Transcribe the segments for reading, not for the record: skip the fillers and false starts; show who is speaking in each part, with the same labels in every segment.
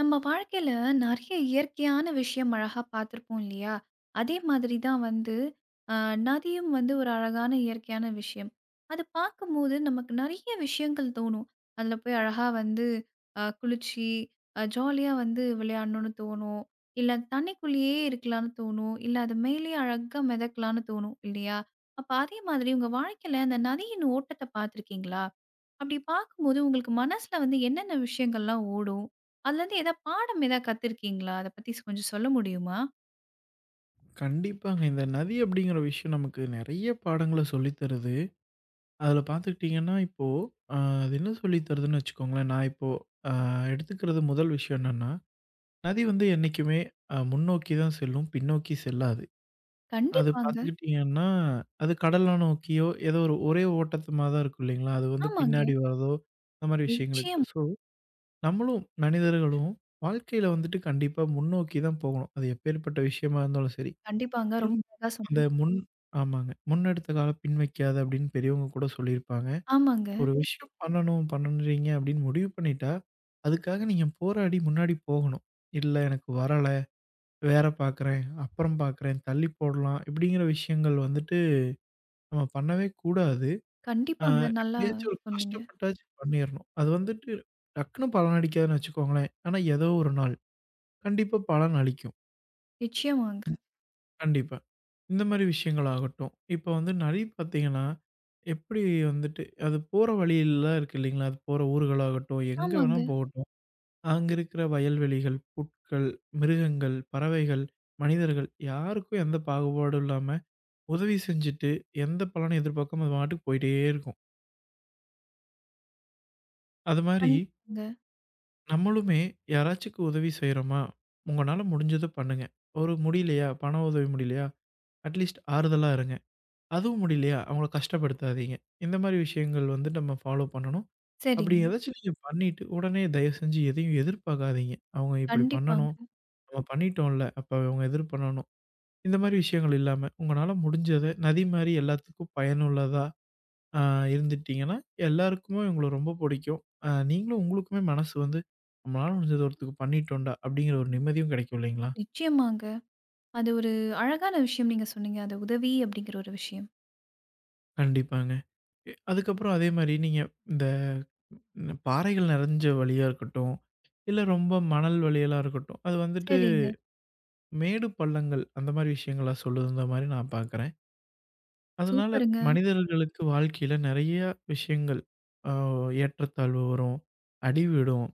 Speaker 1: நம்ம வாழ்க்கையில நிறைய இயற்கையான விஷயம் அழகா பார்த்துருப்போம் இல்லையா? அதே மாதிரி தான் வந்து அ நதியும் வந்து ஒரு அழகான இயற்கையான விஷயம். அது பார்க்கும்போது நமக்கு நிறைய விஷயங்கள் தோணும். அதில போய் அழகா வந்து குளிச்சு ஜாலியா வந்து விளையாடணும்னு தோணும். இல்ல தண்ணிக்குள்ளேயே இருக்கலாம்னு தோணும். இல்ல அது மேலேயே அழகா மிதக்கலாம்னு தோணும் இல்லையா? அப்ப அதே மாதிரி உங்க வாழ்க்கையில அந்த நதியின் ஓட்டத்த பார்த்துருக்கீங்களா? அப்படி பார்க்கும்போது உங்களுக்கு மனசுல வந்து என்னென்ன விஷயங்கள்லாம் ஓடும்? அதுலேருந்து ஏதாவது பாடம் ஏதாவது கத்துருக்கீங்களா? அத பத்தி கொஞ்சம் சொல்ல முடியுமா?
Speaker 2: கண்டிப்பாங்க. இந்த நதி அப்படிங்கிற விஷயம் நமக்கு நெறைய பாடங்கள சொல்லி தருது. அதுல பார்த்துக்கிட்டீங்கன்னா, இப்போ அ அது என்ன சொல்லி தருதுன்னு வச்சுக்கோங்களேன். நான் இப்போ அ எடுத்துக்கிறது முதல் விஷயம் என்னன்னா, நதி வந்து என்னைக்குமே முன்னோக்கி தான் செல்லும். பின்னோக்கி செல்லாது. அது
Speaker 1: கண்டிப்பாங்க.
Speaker 2: பார்த்துக்கிட்டீங்கன்னா, அது கடல நோக்கியோ ஏதோ ஒரு ஒரே ஓட்டத்துமா தான் இருக்கும் இல்லைங்களா? அது வந்து
Speaker 1: ஆமாங்க.
Speaker 2: பின்னாடி வரதோ, அந்த மாரி விஷயங்களுக்கு.
Speaker 1: நிச்சயமா.
Speaker 2: ஸோ, நம்மளும் மனிதர்களும் வாழ்க்கையில வந்துட்டு கண்டிப்பா முன்னோக்கி தான் போகணும். அது எப்பேர்ப்பட்ட விஷயமா இருந்தாலும் சரி.
Speaker 1: கண்டிப்பாங்க. ரொம்ப
Speaker 2: திரும்ப
Speaker 1: அழகா சொன்னீங்க.
Speaker 2: அந்த ம். முன் ஆமாங்க. "முன்னெடுத்த கால பின் வைக்காத" அப்படின்னு பெரியவங்க கூட சொல்லியிருப்பாங்க.
Speaker 1: ஆமாங்க.
Speaker 2: ஒரு விஷயம் பண்ணணும் பண்ணுறீங்க அப்படின்னு முடிவு பண்ணிட்டா, அதுக்காக நீங்க போராடி முன்னாடி போகணும். "இல்ல எனக்கு வரல, வேற பார்க்குறேன், அப்புறம் பார்க்குறேன், தள்ளி போடலாம்" இப்படிங்கிற விஷயங்கள் வந்துட்டு நம்ம பண்ணவே கூடாது. அ
Speaker 1: கண்டிப்பாங்க. நல்லா
Speaker 2: எப்படியாச்சும் ஒரு
Speaker 1: சொன்னீங்க.
Speaker 2: கஷ்டப்பட்டாச்சும் பண்ணிறணும். அது வந்துட்டு டக்குனு பலனளிக்காதுன்னு வச்சுக்கோங்களேன். ஆனா ஏதோ ஒரு நாள் கண்டிப்பா பலன் அளிக்கும்.
Speaker 1: நிச்சயமாங்க.
Speaker 2: கண்டிப்பா. இந்த மாரி விஷயங்கள் ஆகட்டும். இப்ப வந்து நெறைய பார்த்தீங்கன்னா, எப்படி வந்துட்டு அது போற வழியெல்லாம் இருக்கு இல்லைங்களா? அது போற ஊர்களாகட்டும், எங்க வேணா
Speaker 1: ஆமாங்க.
Speaker 2: போகட்டும். அங்க இருக்கிற வயல்வெளிகள், புட்கள், மிருகங்கள், பறவைகள், மனிதர்கள் யாருக்கும் எந்த பாகுபாடும் இல்லாம உதவி செஞ்சுட்டு, எந்த பலனும் எதிர்பார்க்காம அது பாட்டுக்கு போயிட்டே இருக்கும். அது மாரி
Speaker 1: கண்டிப்பாங்க.
Speaker 2: நம்மளுமே யாராச்சுக்கு உதவி செய்றோமா? உங்கனால முடிஞ்சத பண்ணுங்க. ஒரு முடியலையா? பண உதவி முடியலையா? அட்லீஸ்ட் ஆறுதலா இருங்க. அதுவும் முடியலையா, அவங்கள கஷ்டப்படுத்தாதீங்க. இந்த மாரி விஷயங்கள் வந்து நம்ம ஃபாலோ பண்ணணும். அப்படி
Speaker 1: சரிங்க.
Speaker 2: ஏதாச்சும் நீங்க பண்ணிட்டு, உடனே தயவு செஞ்சு எதையும் எதிர்பார்க்காதீங்க. அவங்க இப்படி
Speaker 1: கண்டிப்பாங்க.
Speaker 2: பண்ணணும், நம்ம பண்ணிட்டோம்ல, அப்ப அவங்க எதிர் பண்ணணும். இந்த மாரி விஷயங்கள் இல்லாம, உங்களால முடிஞ்சத நதி மாரி எல்லாத்துக்கும் பயனுள்ளதா அ இருந்துட்டீங்கன்னா, எல்லாருக்குமே உங்கள ரொம்ப புடிக்கும். நீங்களும் உங்களுக்குமே மனசு வந்து, நம்மளால முடிஞ்சது ஒருத்தருக்கு பண்ணிட்டோம்டா, அப்படிங்கிற ஒரு நிம்மதியும் கிடைக்கும் இல்லைங்களா?
Speaker 1: நிச்சயமாங்க. அது ஒரு அழகான விஷயம் நீங்க சொன்னீங்க. அது உதவி அப்படிங்கிற ஒரு விஷயம்.
Speaker 2: கண்டிப்பாங்க. அதுக்கப்புறம் அதே மாரி நீங்க இந்த ம் பாறைகள் நெறஞ்ச வழியா இருக்கட்டும், இல்ல ரொம்ப மணல் வழியெல்லாம் இருக்கட்டும், அது வந்துட்டு
Speaker 1: சரிங்க.
Speaker 2: மேடு பள்ளங்கள் அந்த மாரி விஷயங்களா சொல்லுதுன்ற மாரி நான் பார்க்குறேன். அதனால
Speaker 1: சூப்பருங்க.
Speaker 2: மனிதர்களுக்கு வாழ்க்கையில நெறைய விஷயங்கள் அ ஏற்றத்தாழ்வு வரும், அடி விழும்,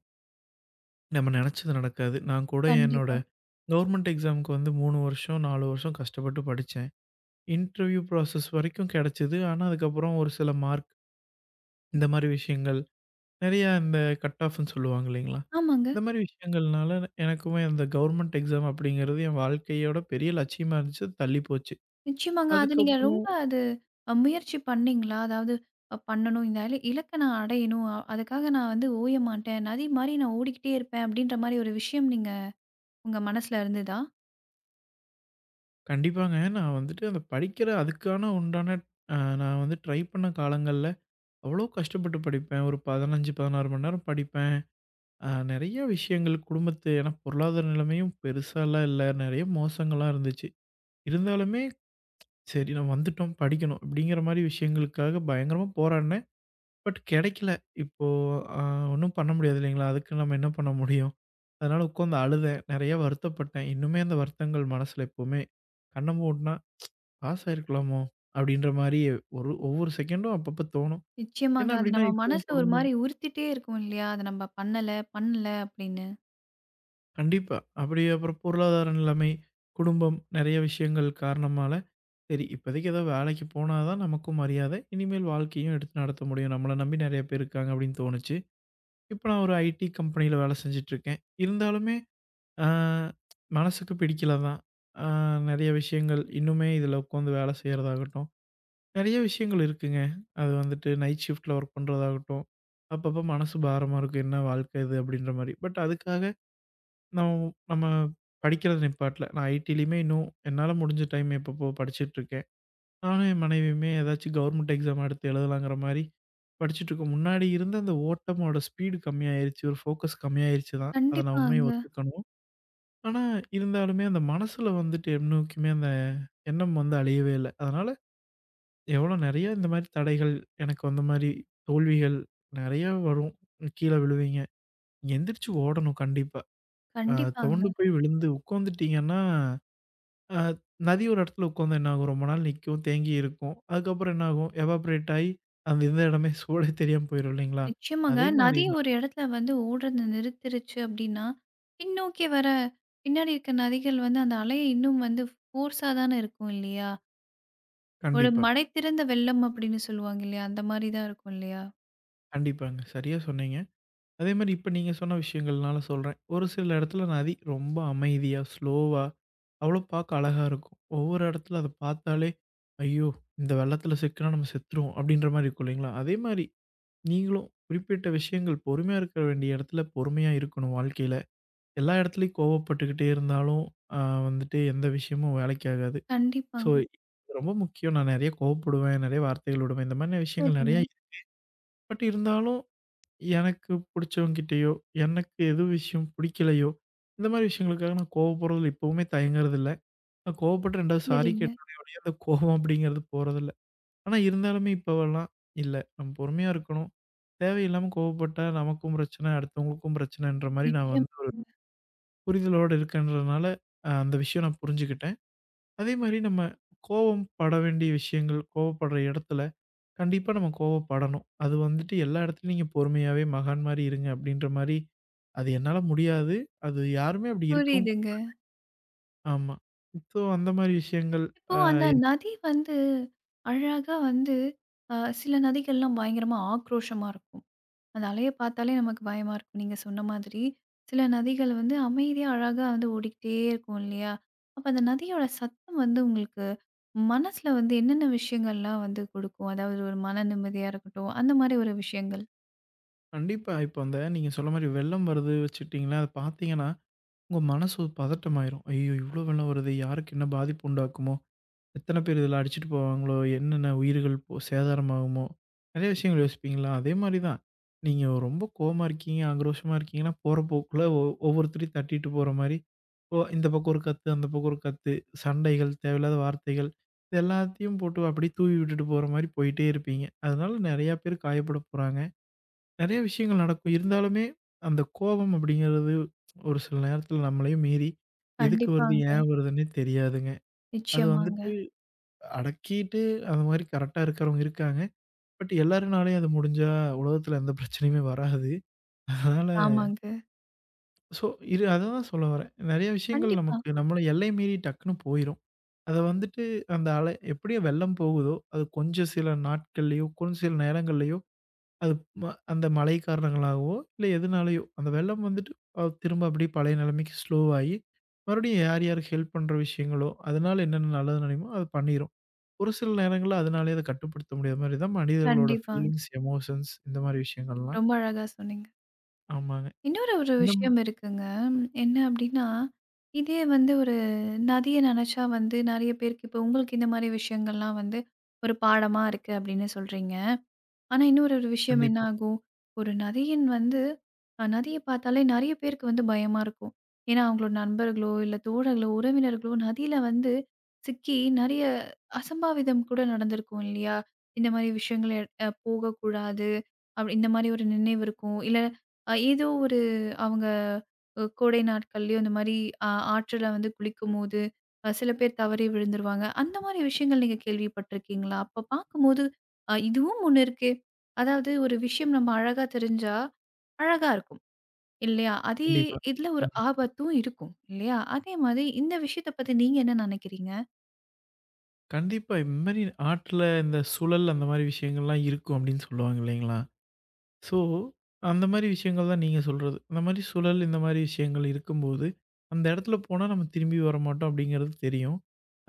Speaker 2: நம்ம நெனச்சது நடக்காது. நான் கூட என்னோட
Speaker 1: கண்டிப்பா.
Speaker 2: கவர்மெண்ட் எக்ஸாம்க்கு வந்து 3 வருஷம், 4 வருஷம் கஷ்டப்பட்டு படிச்சேன். இன்டர்வியூ ப்ராசஸ் வரைக்கும் கெடச்சது. ஆனா, அதுக்கப்புறம் ஒரு சில மார்க் இந்த மாரி விஷயங்கள் நெறைய அந்த கட் ஆஃப்ன்னு சொல்லுவாங்க இல்லைங்களா?
Speaker 1: ஆமாங்க.
Speaker 2: இந்த மாரி விஷயங்கள்னால எனக்குமே அந்த கவர்மெண்ட் எக்ஸாம் அப்படிங்கிறது என் வாழ்க்கையோட பெரிய லட்சியமா இருந்துச்சு. அது தள்ளி போச்சு.
Speaker 1: நிச்சயமாங்க. அது நீங்க
Speaker 2: அதுக்கப்புறம்
Speaker 1: ரொம்ப அது முயற்சி பண்ணீங்களா? அதாவது பண்ணணும். இந்த இலக்க நான் அடையணும். அதுக்காக நான் வந்து ஓய மாட்டேன். நதி மாரி நான் ஓடிக்கிட்டே இருப்பேன். அப்படின்ற மாரி ஒரு விஷயம் நீங்க உங்க மனசுல இருந்ததா?
Speaker 2: கண்டிப்பாங்க. நான் வந்துட்டு அந்த படிக்கிற அதுக்கான உண்டான நான் வந்து ட்ரை பண்ண காலங்கள்ல அவ்வளோ கஷ்டப்பட்டு படிப்பேன். ஒரு 15, 16 மணி நேரம் படிப்பேன். நெறைய விஷயங்கள் குடும்பத்து ஏன்னா பொருளாதார நிலைமையும் பெருசாலாம் இல்ல. நெறைய மோசங்களா இருந்துச்சு. இருந்தாலுமே சரி நம்ம வந்துட்டோம் படிக்கணும். அப்படிங்கிற மாரி விஷயங்களுக்காக பயங்கரமா போராடினேன். பட் கிடைக்கல. இப்போ அ ஒண்ணும் பண்ண முடியாது இல்லைங்களா? அதுக்கு நம்ம என்ன பண்ண முடியும்? அதனால உட்காந்து அழுதேன். நெறைய வருத்தப்பட்டேன். இன்னுமே அந்த வருத்தங்கள் மனசுல எப்பவுமே கண்ண மூடுனா, "பாஸ் ஆயிருக்கலாமோ?" அப்படின்ற மாரி ஒரு ஒவ்வொரு செகண்டும் அப்பப்ப தோணும். என்ன
Speaker 1: நிச்சயமாங்க. அது
Speaker 2: அப்படின்னா,
Speaker 1: நம்ம
Speaker 2: இப்பவும்
Speaker 1: மனசுல ஒரு மாரி உறுத்திட்டே இருக்கும் இல்லையா? அத நம்ம பண்ணல, பண்ணல அப்படின்னு.
Speaker 2: கண்டிப்பா. அப்படி அப்புறம் பொருளாதார நிலைமை, குடும்பம் நெறைய விஷயங்கள் காரணமால, சரி இப்போதைக்கு ஏதோ வேலைக்கு போனா தான் நமக்கும் மரியாதை. இனிமேல் வாழ்க்கையும் எடுத்து நடத்த முடியும். நம்மள நம்பி நெறைய பேர் இருக்காங்க அப்படின்னு தோணுச்சு. இப்ப நான் ஒரு ஐடி கம்பெனியில வேலை செஞ்சுட்டு இருக்கேன். இருந்தாலுமே ஆ மனசுக்கு பிடிக்கல தான். ஆ நெறைய விஷயங்கள் இன்னுமே இதில உட்காந்து வேலை செய்றதாகட்டும், நெறைய விஷயங்கள் இருக்குங்க. அது வந்துட்டு நைட் ஷிஃப்ட்ல ஒர்க் பண்றதாகட்டும், அப்பப்போ மனசு பாரமா இருக்கும். என்ன வாழ்க்கை இது அப்படின்ற மாரி. பட் அதுக்காக நம்ம நம்ம படிக்கிறத நிப்பாட்டல. நான் ஐடிலயுமே இன்னும் என்னால முடிஞ்ச டைம் எப்பப்போ படிச்சுட்டு இருக்கேன். நானும் என் மனைவியுமே ஏதாச்சும் கவர்மெண்ட் எக்ஸாம் அடுத்து எழுதலாங்கிற மாரி படிச்சுட்டு இருக்கோம். முன்னாடி இருந்த அந்த ஓட்டமோட ஸ்பீடு கம்மியாயிருச்சு. ஒரு ஃபோக்கஸ் கம்மியாயிருச்சு தான். அத நான் உண்மைய
Speaker 1: கண்டிப்பாங்க,
Speaker 2: ஒத்துக்கணும். ஆனா, இருந்தாலுமே அந்த மனசுல வந்துட்டு எம்நோக்கியுமே அந்த எண்ணம் வந்து அழியவே இல்ல. அதனால எவ்வளோ நெறைய இந்த மாரி தடைகள், எனக்கு வந்த மாரி தோல்விகள் நெறையா வரும். கீழ விழுவீங்க. எந்திரிச்சு ஓடணும் கண்டிப்பா. அ
Speaker 1: கண்டிப்பாங்க.
Speaker 2: துவண்டு போய் விழுந்து உட்காந்துட்டீங்கன்னா, அ நதி ஒரு இடத்துல உட்காந்தா என்ன ஆகும்? ரொம்ப நாள் நிக்கும், தேங்கி இருக்கும். அதுக்கப்புறம் என்ன ஆகும்? எவாப்ரேட் ஆயி அந்த இருந்த இடமே சூடே தெரியாம போயிரும் இல்லைங்களா?
Speaker 1: நிச்சயமாங்க.
Speaker 2: அதே மாரி
Speaker 1: நதி
Speaker 2: தான்.
Speaker 1: ஒரு இடத்துல வந்து ஓடுறத நிறுத்திருச்சு அப்படின்னா, பின்னோக்கி வர பின்னாடி இருக்க நதிகள் வந்து அந்த அலைய இன்னும் வந்து ஃபோர்ஸா தானே இருக்கும் இல்லையா? ஒரு
Speaker 2: கண்டிப்பா,
Speaker 1: மடை திறந்த வெள்ளம் அப்படின்னு சொல்லுவாங்க இல்லையா? அந்த மாரி தான் இருக்கும் இல்லையா?
Speaker 2: கண்டிப்பாங்க. சரியா சொன்னீங்க. அதே மாரி இப்ப நீங்க சொன்ன விஷயங்கள்னால சொல்றேன். ஒரு சில இடத்துல நதி ரொம்ப அமைதியா, ஸ்லோவா அவ்வளோ பார்க்க அழகா இருக்கும். ஒவ்வொரு இடத்துல அத பார்த்தாலே, "ஐயோ! இந்த வெள்ளத்துல சிக்கினா நம்ம செத்துருவோம்." அப்படின்ற மாரி இருக்கும் இல்லைங்களா? அதே மாரி நீங்களும் குறிப்பிட்ட விஷயங்கள் பொறுமையா இருக்க வேண்டிய இடத்துல பொறுமையா இருக்கணும் வாழ்க்கையில. எல்லா இடத்துலயும் கோவப்பட்டுக்கிட்டே இருந்தாலும் அ வந்துட்டு எந்த விஷயமும் வேலைக்கு ஆகாது. ஸோ
Speaker 1: கண்டிப்பாங்க.
Speaker 2: ரொம்ப முக்கியம். நான் நெறைய கோவப்படுவேன், நெறைய வார்த்தைகள் விடுவேன். இந்த மாரியான விஷயங்கள் நெறைய
Speaker 1: சரிங்க,
Speaker 2: பட் இருந்தாலும் எனக்கு புடிச்சவங்கிட்டயோ, எனக்கு எது விஷயம் பிடிக்கலையோ, இந்த மாரி விஷயங்களுக்காக நான் கோவப்படுறதுல இப்பவுமே தயங்குறதில்ல. நான் கோவப்பட்டு 2வது சாரி
Speaker 1: சரிங்க.
Speaker 2: கேட்டுறனே ஒழிய, அந்த கோவம் அப்படிங்கிறது போறதில்ல. ஆனா இருந்தாலுமே இப்பவெல்லாம் இல்ல. நம்ம பொறுமையா இருக்கணும். தேவையில்லாம கோவப்பட்டா நமக்கும் பிரச்சனை, அடுத்தவங்களுக்கும் பிரச்சனைன்ற மாரி நான் வந்து ஒரு
Speaker 1: நிச்சயமாங்க.
Speaker 2: புரிதலோட இருக்கேன்றதுனால, அந்த விஷயம் நான் புரிஞ்சுக்கிட்டேன். அதே மாரி நம்ம கோவம் பட வேண்டிய விஷயங்கள், கோவப்படுற இடத்துல கண்டிப்பா நம்ம கோவப்படணும். அது வந்துட்டு எல்லா இடத்துலயும் நீங்க பொறுமையாவே மகான் மாரி இருங்க அப்படின்ற மாரி, அது என்னால முடியாது. அது யாருமே அப்படி இருக்கவும் கூ-
Speaker 1: புரியுதுங்க.
Speaker 2: ஆமா. இப்போ அந்த மாரி விஷயங்கள்
Speaker 1: இப்போ அந்த
Speaker 2: இருக்கு.
Speaker 1: நதி வந்து அழகா வந்து அ சில நதிகள்லாம் பயங்கரமா ஆக்ரோஷமா இருக்கும். அந்த அலைய பார்த்தாலே நமக்கு பயமா இருக்கும். நீங்க சொன்ன மாதிரி. சில நதிகள் வந்து அமைதியா அழகா வந்து ஓடிக்கிட்டே இருக்கும் இல்லையா? அப்ப அந்த நதியோட சத்தம் வந்து உங்களுக்கு மனசுல வந்து என்னென்ன விஷயங்கள்லாம் வந்து கொடுக்கும்? அதாவது ஒரு மன நிம்மதியா இருக்கட்டும், அந்த மாரி ஒரு விஷயங்கள்.
Speaker 2: கண்டிப்பா. இப்போ அந்த நீங்க சொன்ன மாரி வெள்ளம் வருது வச்சுக்கிட்டீங்களா, அத பார்த்தீங்கன்னா, உங்க மனசு ஒரு பதட்டமாயிரும். ஐயோ! இவ்ளோ வெள்ளம் வருதே! யாருக்கு என்ன பாதிப்பு உண்டாக்குமோ? எத்தன பேர் இதில அடிச்சுட்டு போவாங்களோ? என்னென்ன உயிர்கள் போ சேதாரமாகுமோ? நெறைய விஷயங்கள் யோசிப்பீங்களா? அதே மாரி தான். நீங்க ரொம்ப கோவமா இருக்கீங்க, ஆக்ரோஷமா இருக்கீங்கன்னா, போற போக்குல ஒவ்வொருத்தரையும் தட்டிட்டு போற மாரி, ஓ இந்த பக்கம் ஒரு கத்து, அந்த பக்கம் ஒரு கத்து, சண்டைகள், தேவையில்லாத வார்த்தைகள், இது எல்லாத்தையும் போட்டு அப்படியே தூவி விட்டுட்டு போற மாரி போயிட்டே இருப்பீங்க. அதனால நெறையா பேர் காயப்பட போறாங்க. நெறைய விஷயங்கள் நடக்கும். இருந்தாலுமே அந்த கோபம் அப்படிங்கிறது ஒரு சில நேரத்தில நம்மளையும் மீறி எதுக்கு வருது?
Speaker 1: கண்டிப்பாங்க.
Speaker 2: ஏன் வருதுன்னே தெரியாதுங்க. அது
Speaker 1: நிச்சயமாங்க.
Speaker 2: வந்துட்டு அடக்கிட்டு அந்த மாரி கரெக்ட்டா இருக்கிறவங்க இருக்காங்க. பட் எல்லாருனாலயும் அது முடிஞ்சா உலகத்துல எந்த பிரச்சனையுமே வராது. அதனால
Speaker 1: ஆமாங்க.
Speaker 2: ஸோ இரு அததான் சொல்ல வரேன். நெறைய விஷயங்கள்
Speaker 1: கண்டிப்பா,
Speaker 2: நமக்கு நம்மள எல்லை மீறி டக்குன்னு போயிரும். அத வந்துட்டு அந்த அலை எப்படியோ வெள்ளம் போகுதோ, அது கொஞ்சம் சில நாட்கள்லயோ, கொஞ்சம் சில நேரங்கள்லயோ அது ம அந்த மழை காரணங்களாகவோ, இல்ல எதுனாலயோ அந்த வெள்ளம் வந்துட்டு திரும்ப அப்படியே பழைய நிலைமைக்கு ஸ்லோவ் ஆயி, மறுபடியும் யார் யாருக்கு ஹெல்ப் பண்ற விஷயங்களோ, அதனால என்னென்ன நல்லது நடக்குமோ, அது பண்ணிரும். ஒரு சில நேரங்கள்ல அதனாலயே அத கட்டுப்படுத்த முடியாத மாரி தான் மனிதர்களோட
Speaker 1: கண்டிப்பாங்க.
Speaker 2: ஃபீலிங்ஸ், எமோஷன்ஸ் இந்த மாரி விஷயங்கள்லாம்.
Speaker 1: ரொம்ப அழகா சொன்னீங்க.
Speaker 2: ஆமாங்க.
Speaker 1: இன்னொரு ஒரு
Speaker 2: இந்த மா
Speaker 1: விஷயம் இருக்குங்க. என்ன அப்டின்னா, இதே வந்து ஒரு நதிய நெனச்சா வந்து நெறைய பேருக்கு இப்போ உங்களுக்கு இந்த மாரி விஷயங்கள்லாம் வந்து ஒரு பாடமா இருக்கு அப்டின்னு சொல்றீங்க. ஆனா, இன்னொரு ஒரு விஷயம் என்ன
Speaker 2: கண்டிப்பா,
Speaker 1: ஆகும்? ஒரு நதியின் வந்து நதிய பார்த்தாலே நெறைய பேருக்கு வந்து பயமா இருக்கும். ஏன்னா, அவங்களோட நண்பர்களோ, இல்ல தோழர்களோ, உறவினர்களோ நதியில வந்து சிக்கி நெறைய அசம்பாவிதம் கூட நடந்திருக்கும் இல்லையா? இந்த மாரி விஷயங்கள் எ அ போகக்கூடாது. அப்படி இந்த மாரி ஒரு நினைவு இருக்கும். இல்ல ஏதோ ஒரு அவங்க கோடை நாட்கள்லயும் இந்த மாரி ஆற்றுல வந்து குளிக்கும்போது, சில பேர் தவறி விழுந்துருவாங்க. அந்த மாரி விஷயங்கள் நீங்க கேள்விப்பட்டிருக்கீங்களா? அப்ப பார்க்கும்போது, இதுவும் ஒண்ணு இருக்கே! அதாவது ஒரு விஷயம் நம்ம அழகா தெரிஞ்சா, அழகா இருக்கும். இல்லையா? அதே
Speaker 2: கண்டிப்பா.
Speaker 1: இதுல ஒரு
Speaker 2: ம்.
Speaker 1: ஆபத்தும் இருக்கும். இல்லையா? அதே மாதிரி இந்த விஷயத்த பத்தி நீங்க என்ன நெனைக்கிறீங்க?
Speaker 2: கண்டிப்பா. இந்த மாரி ஆட்ல இந்த சுழல் அந்த மாரி விஷயங்கள்லாம் இருக்கும் அப்படின்னு சொல்லுவாங்க இல்லைங்களா? ஸோ, அந்த மாரி விஷயங்கள் தான் நீங்க சொல்றது. அந்த மாரி சுழல் இந்த மாரி விஷயங்கள் இருக்கும்போது, அந்த இடத்துல போனா நம்ம திரும்பி வரமாட்டோம் அப்படிங்கிறது தெரியும்.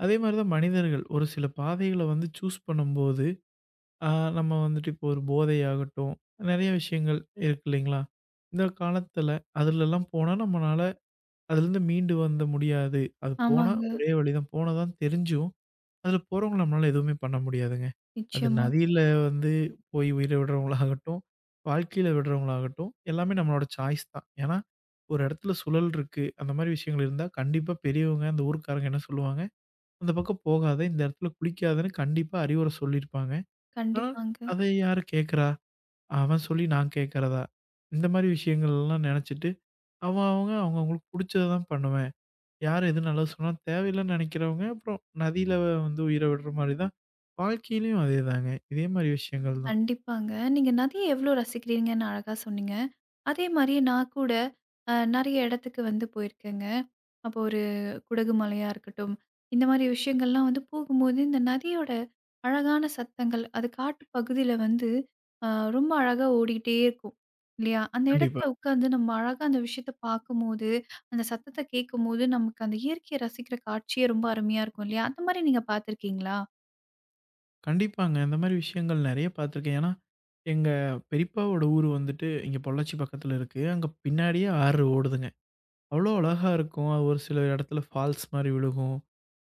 Speaker 2: அதே மாரி தான் மனிதர்கள் ஒரு சில பாதைகள வந்து சூஸ் பண்ணும்போது ஆ நம்ம வந்துட்டு இப்போ ஒரு போதையாகட்டும், நெறைய விஷயங்கள் இருக்கு இல்லைங்களா? இந்த காலத்தில அதுலலாம் போனா நம்மனால அதுலேருந்து மீண்டு வந்த முடியாது. அது போனா
Speaker 1: ஆமாங்க.
Speaker 2: ஒரே வழி தான். போனா தான் தெரிஞ்சும், அதுல போறவங்கள நம்மளால எதுவுமே பண்ண முடியாதுங்க. அது
Speaker 1: நிச்சயமா.
Speaker 2: நதியில வந்து போய் உயிர விடுறவங்களாகட்டும், வாழ்க்கையில விடுறவங்களாகட்டும், எல்லாமே நம்மளோட சாய்ஸ் தான். ஏன்னா, ஒரு இடத்துல சுழல் இருக்கு. அந்த மாரி விஷயங்கள் இருந்தா கண்டிப்பா பெரியவங்க, அந்த ஊர்க்காரங்க என்ன சொல்லுவாங்க? "அந்த பக்கம் போகாத, இந்த இடத்துல குளிக்காதன்னு" கண்டிப்பா அறிவுரை சொல்லியிருப்பாங்க. ஆனா,
Speaker 1: கண்டிப்பாங்க.
Speaker 2: அதை யாரு கேட்கறா? அவன் சொல்லி நான் கேட்கறதா? இந்த மாரி விஷயங்கள்லாம் நெனச்சுட்டு, அவன் அவங்க அவங்கவங்களுக்கு புடிச்சத தான் பண்ணுவேன். யார் எது நல்லது சொன்னா தேவையில்லன்னு நெனைக்கிறவங்க, அப்புறம் நதியில வந்து உயிர விடுற மாரி தான், வாழ்க்கையிலயும் அதேதாங்க. இதே மாரி விஷயங்கள் தான்.
Speaker 1: கண்டிப்பாங்க. நீங்க நதிய எவ்வளோ ரசிக்கிறீங்கன்னு அழகா சொன்னீங்க. அதே மாரி நான் கூட நெறைய இடத்துக்கு வந்து போயிருக்கேங்க. அப்போ ஒரு குடகு மலையா இருக்கட்டும், இந்த மாரி விஷயங்கள்லாம் வந்து போகும்போது, இந்த நதியோட அழகான சத்தங்கள், அது காட்டு பகுதியில வந்து அ ரொம்ப அழகா ஓடிட்டே இருக்கும். இல்லையா? அந்த
Speaker 2: கண்டிப்பா.
Speaker 1: இடத்துல உட்காந்து நம்ம அழகா அந்த விஷயத்த பார்க்கும்போது, அந்த சத்தத்த கேட்கும்போது, நமக்கு அந்த இயற்கைய ரசிக்கிற காட்சியே ரொம்ப அருமையா இருக்கும் இல்லையா? அந்த மாரி நீங்க பார்த்துருக்கீங்களா?
Speaker 2: கண்டிப்பாங்க. இந்த மாரி விஷயங்கள் நெறைய பார்த்துருக்கேன். ஏன்னா, எங்க பெரியப்பாவோட ஊரு வந்துட்டு இங்க பொள்ளாச்சி பக்கத்துல இருக்கு. அங்க பின்னாடியே ஆறு ஓடுதுங்க. அவ்வளோ அழகா இருக்கும். அது ஒரு சில இடத்துல ஃபால்ஸ் மாரி விழுகும்.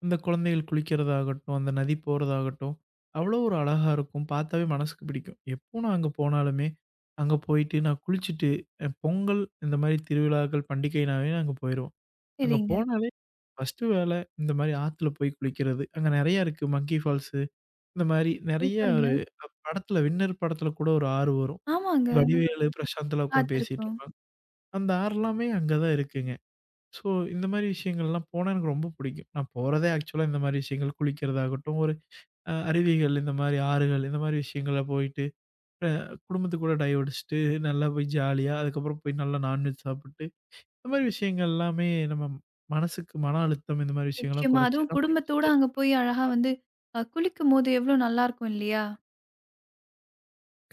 Speaker 2: இந்த குழந்தைகள் குளிக்கிறதாகட்டும், அந்த நதி போறதாகட்டும், அவ்வளோ ஒரு அழகா இருக்கும். பார்த்தாவே மனசுக்கு பிடிக்கும். எப்போ நான் அங்க போனாலுமே, அங்க போயிட்டு நான் குளிச்சுட்டு, பொங்கல் இந்த மாரி திருவிழாக்கள், பண்டிகைனாவே நாங்க போயிருவோம். அங்க
Speaker 1: சரிங்க.
Speaker 2: போனாலே ஃபர்ஸ்ட்டு வேலை இந்த மாரி ஆத்துல போய் குளிக்கிறது. அங்க நெறையா இருக்கு. மங்கி ஃபால்ஸு இந்த மாரி நெறையா
Speaker 1: சூப்பருங்க.
Speaker 2: ஒரு படத்துல வின்னர் படத்துல கூட ஒரு ஆறு வரும்.
Speaker 1: ஆமாங்க.
Speaker 2: வடிவேலு, பிரசாந்த்லாம் உட்காந்து பேசிட்டு
Speaker 1: பார்த்துருக்கோம்.
Speaker 2: இருப்பாங்க. அந்த ஆறுலாமே அங்க தான் இருக்குங்க. ஸோ, இந்த மாரி விஷயங்கள்லாம் போனா எனக்கு ரொம்ப பிடிக்கும். நான் போறதே ஆக்சுவலா இந்த மாரி விஷயங்கள் குளிக்கிறதாகட்டும், ஒரு அருவிகள், இந்த மாரி ஆறுகள், இந்த மாரி விஷயங்கள்ல போயிட்டு, அ குடும்பத்து கூட டைவ் அடிச்சுட்டு, நல்லா போய் ஜாலியா, அதுக்கப்புறம் போய் நல்லா நான்வெஜ் சாப்பிட்டு, இந்த மாரி விஷயங்கள் எல்லாமே நம்ம மனசுக்கு மன அழுத்தம் இந்த மாரி விஷயங்கள்லாம்
Speaker 1: நிச்சயமா.
Speaker 2: குறைச்சு,
Speaker 1: அதுவும்
Speaker 2: நம்ம ரொம்ப
Speaker 1: குடும்பத்தோட அங்க
Speaker 2: சந்தோஷமா
Speaker 1: போய் அழகா
Speaker 2: இருக்கலாம்.
Speaker 1: வந்து குளிக்கும்போது எவ்ளோ நல்லாருக்கும் இல்லையா?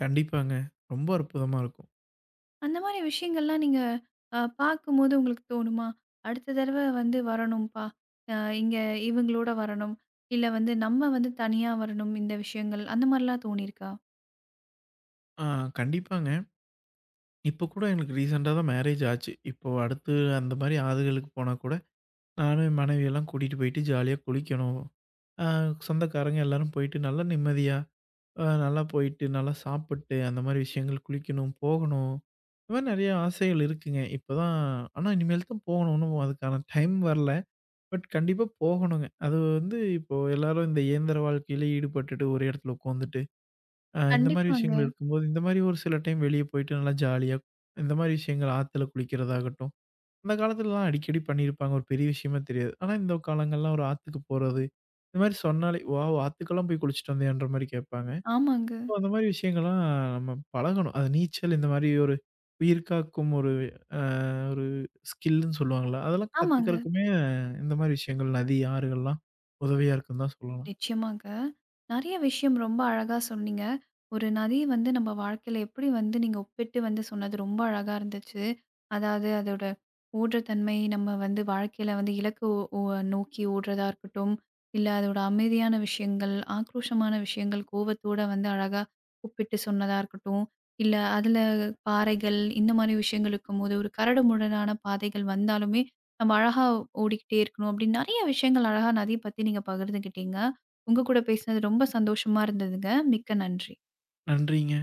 Speaker 2: கண்டிப்பாங்க. ரொம்ப அற்புதமா இருக்கும்.
Speaker 1: அந்த மாரி விஷயங்கள்லாம் நீங்க பார்க்கும்போது உங்களுக்கு தோணுமா? அடுத்த தடவ வந்து வரணும்ப்பா. இங்க இவங்களோட வரணும். இல்ல வந்து நம்ம வந்து தனியா வரணும் இந்த விஷயங்கள். அந்த மாரிலாம் தோணியிருக்கா?
Speaker 2: ஆ கண்டிப்பாங்க. இப்போ கூட எனக்கு ரீசென்ட்டா தான் மேரேஜ் ஆச்சு. இப்போ அடுத்து அந்த மாரி ஆறுகளுக்கு போனா கூட, நானும் என் மனைவியெல்லாம் கூட்டிட்டு போயிட்டு ஜாலியா குளிக்கணும். ஆ சொந்தக்காரங்க எல்லாரும் போயிட்டு நல்லா நிம்மதியா, நல்லா போயிட்டு, நல்லா சாப்பிட்டு, அந்த மாரி விஷயங்கள் குளிக்கணும், போகணும். இந்த மாரி நெறைய ஆசைகள் இருக்குங்க. இப்பதான் ஆனா இனிமேல் தான் போகணும். இன்னும் அதுக்கான டைம் வரல. பட் கண்டிப்பா போகணுங்க. அது வந்து இப்போ எல்லாரும் இந்த இயந்திர வாழ்க்கையில ஈடுபட்டுட்டு ஒரு இடத்துல உட்காந்துட்டு, இந்த மாரி
Speaker 1: கண்டிப்பாங்க.
Speaker 2: விஷயங்கள் இருக்கும்போது, இந்த மாரி ஒரு சில டைம் வெளிய போயிட்டு நல்லா ஜாலியா இந்த மாரி விஷயங்கள் ஆத்துல குளிக்கிறதாகட்டும், அந்த காலத்துலலாம் அடிக்கடி பண்ணியிருப்பாங்க. ஒரு பெரிய விஷயமா தெரியாது. ஆனா, இந்த காலங்கள்லாம் ஒரு ஆத்துக்கு போறது, இந்த மாரி சொன்னாலே, "வாவ்! ஆத்துக்கெல்லாம் போய் குளிச்சுட்டு வந்தியான்ற" மாரி கேட்பாங்க.
Speaker 1: ஆமாங்க.
Speaker 2: ஸோ அந்த மாரி விஷயங்கள்லாம் நம்ம பழகணும். அது நீச்சல் இந்த மாரி ஒரு உயிர் காக்கும் அ ஒரு ஸ்கில்ன்னு சொல்லுவாங்கல்ல, அதெல்லாம்
Speaker 1: ஆமாங்க.
Speaker 2: கத்துக்கிறதுக்குமே இந்த மாரி விஷயங்கள் நதி, ஆறுகள்லாம் உதவியா இருக்குன்னு தான் சொல்லலாம்.
Speaker 1: நிச்சயமாங்க. நெறைய விஷயம் ரொம்ப அழகா சொன்னீங்க. ஒரு நதி வந்து நம்ம வாழ்க்கையில எப்படி வந்து நீங்க ஒப்பிட்டு வந்து சொன்னது ரொம்ப அழகா இருந்துச்சு. அதாவது அதோட ஓடுற தன்மை நம்ம வந்து வாழ்க்கையில வந்து இலக்கு ஒ ஒ நோக்கி ஓடுறதா இருக்கட்டும், இல்ல அதோட அமைதியான விஷயங்கள், ஆக்ரோஷமான விஷயங்கள், கோவத்தோட வந்து அழகா ஒப்பிட்டு சொன்னதா இருக்கட்டும், இல்ல அதுல பாறைகள் இந்த மாரி விஷயங்கள் இருக்கும்போது ஒரு கரடுமுரடான பாதைகள் வந்தாலுமே, நம்ம அழகா ஓடிக்கிட்டே இருக்கணும். அப்படின்னு நெறைய விஷயங்கள் அழகா நதிய பத்தி நீங்க பகிர்ந்துக்கிட்டீங்க. உங்க கூட பேசினது ரொம்ப சந்தோஷமா இருந்ததுங்க. மிக்க நன்றி.
Speaker 2: நன்றிங்க.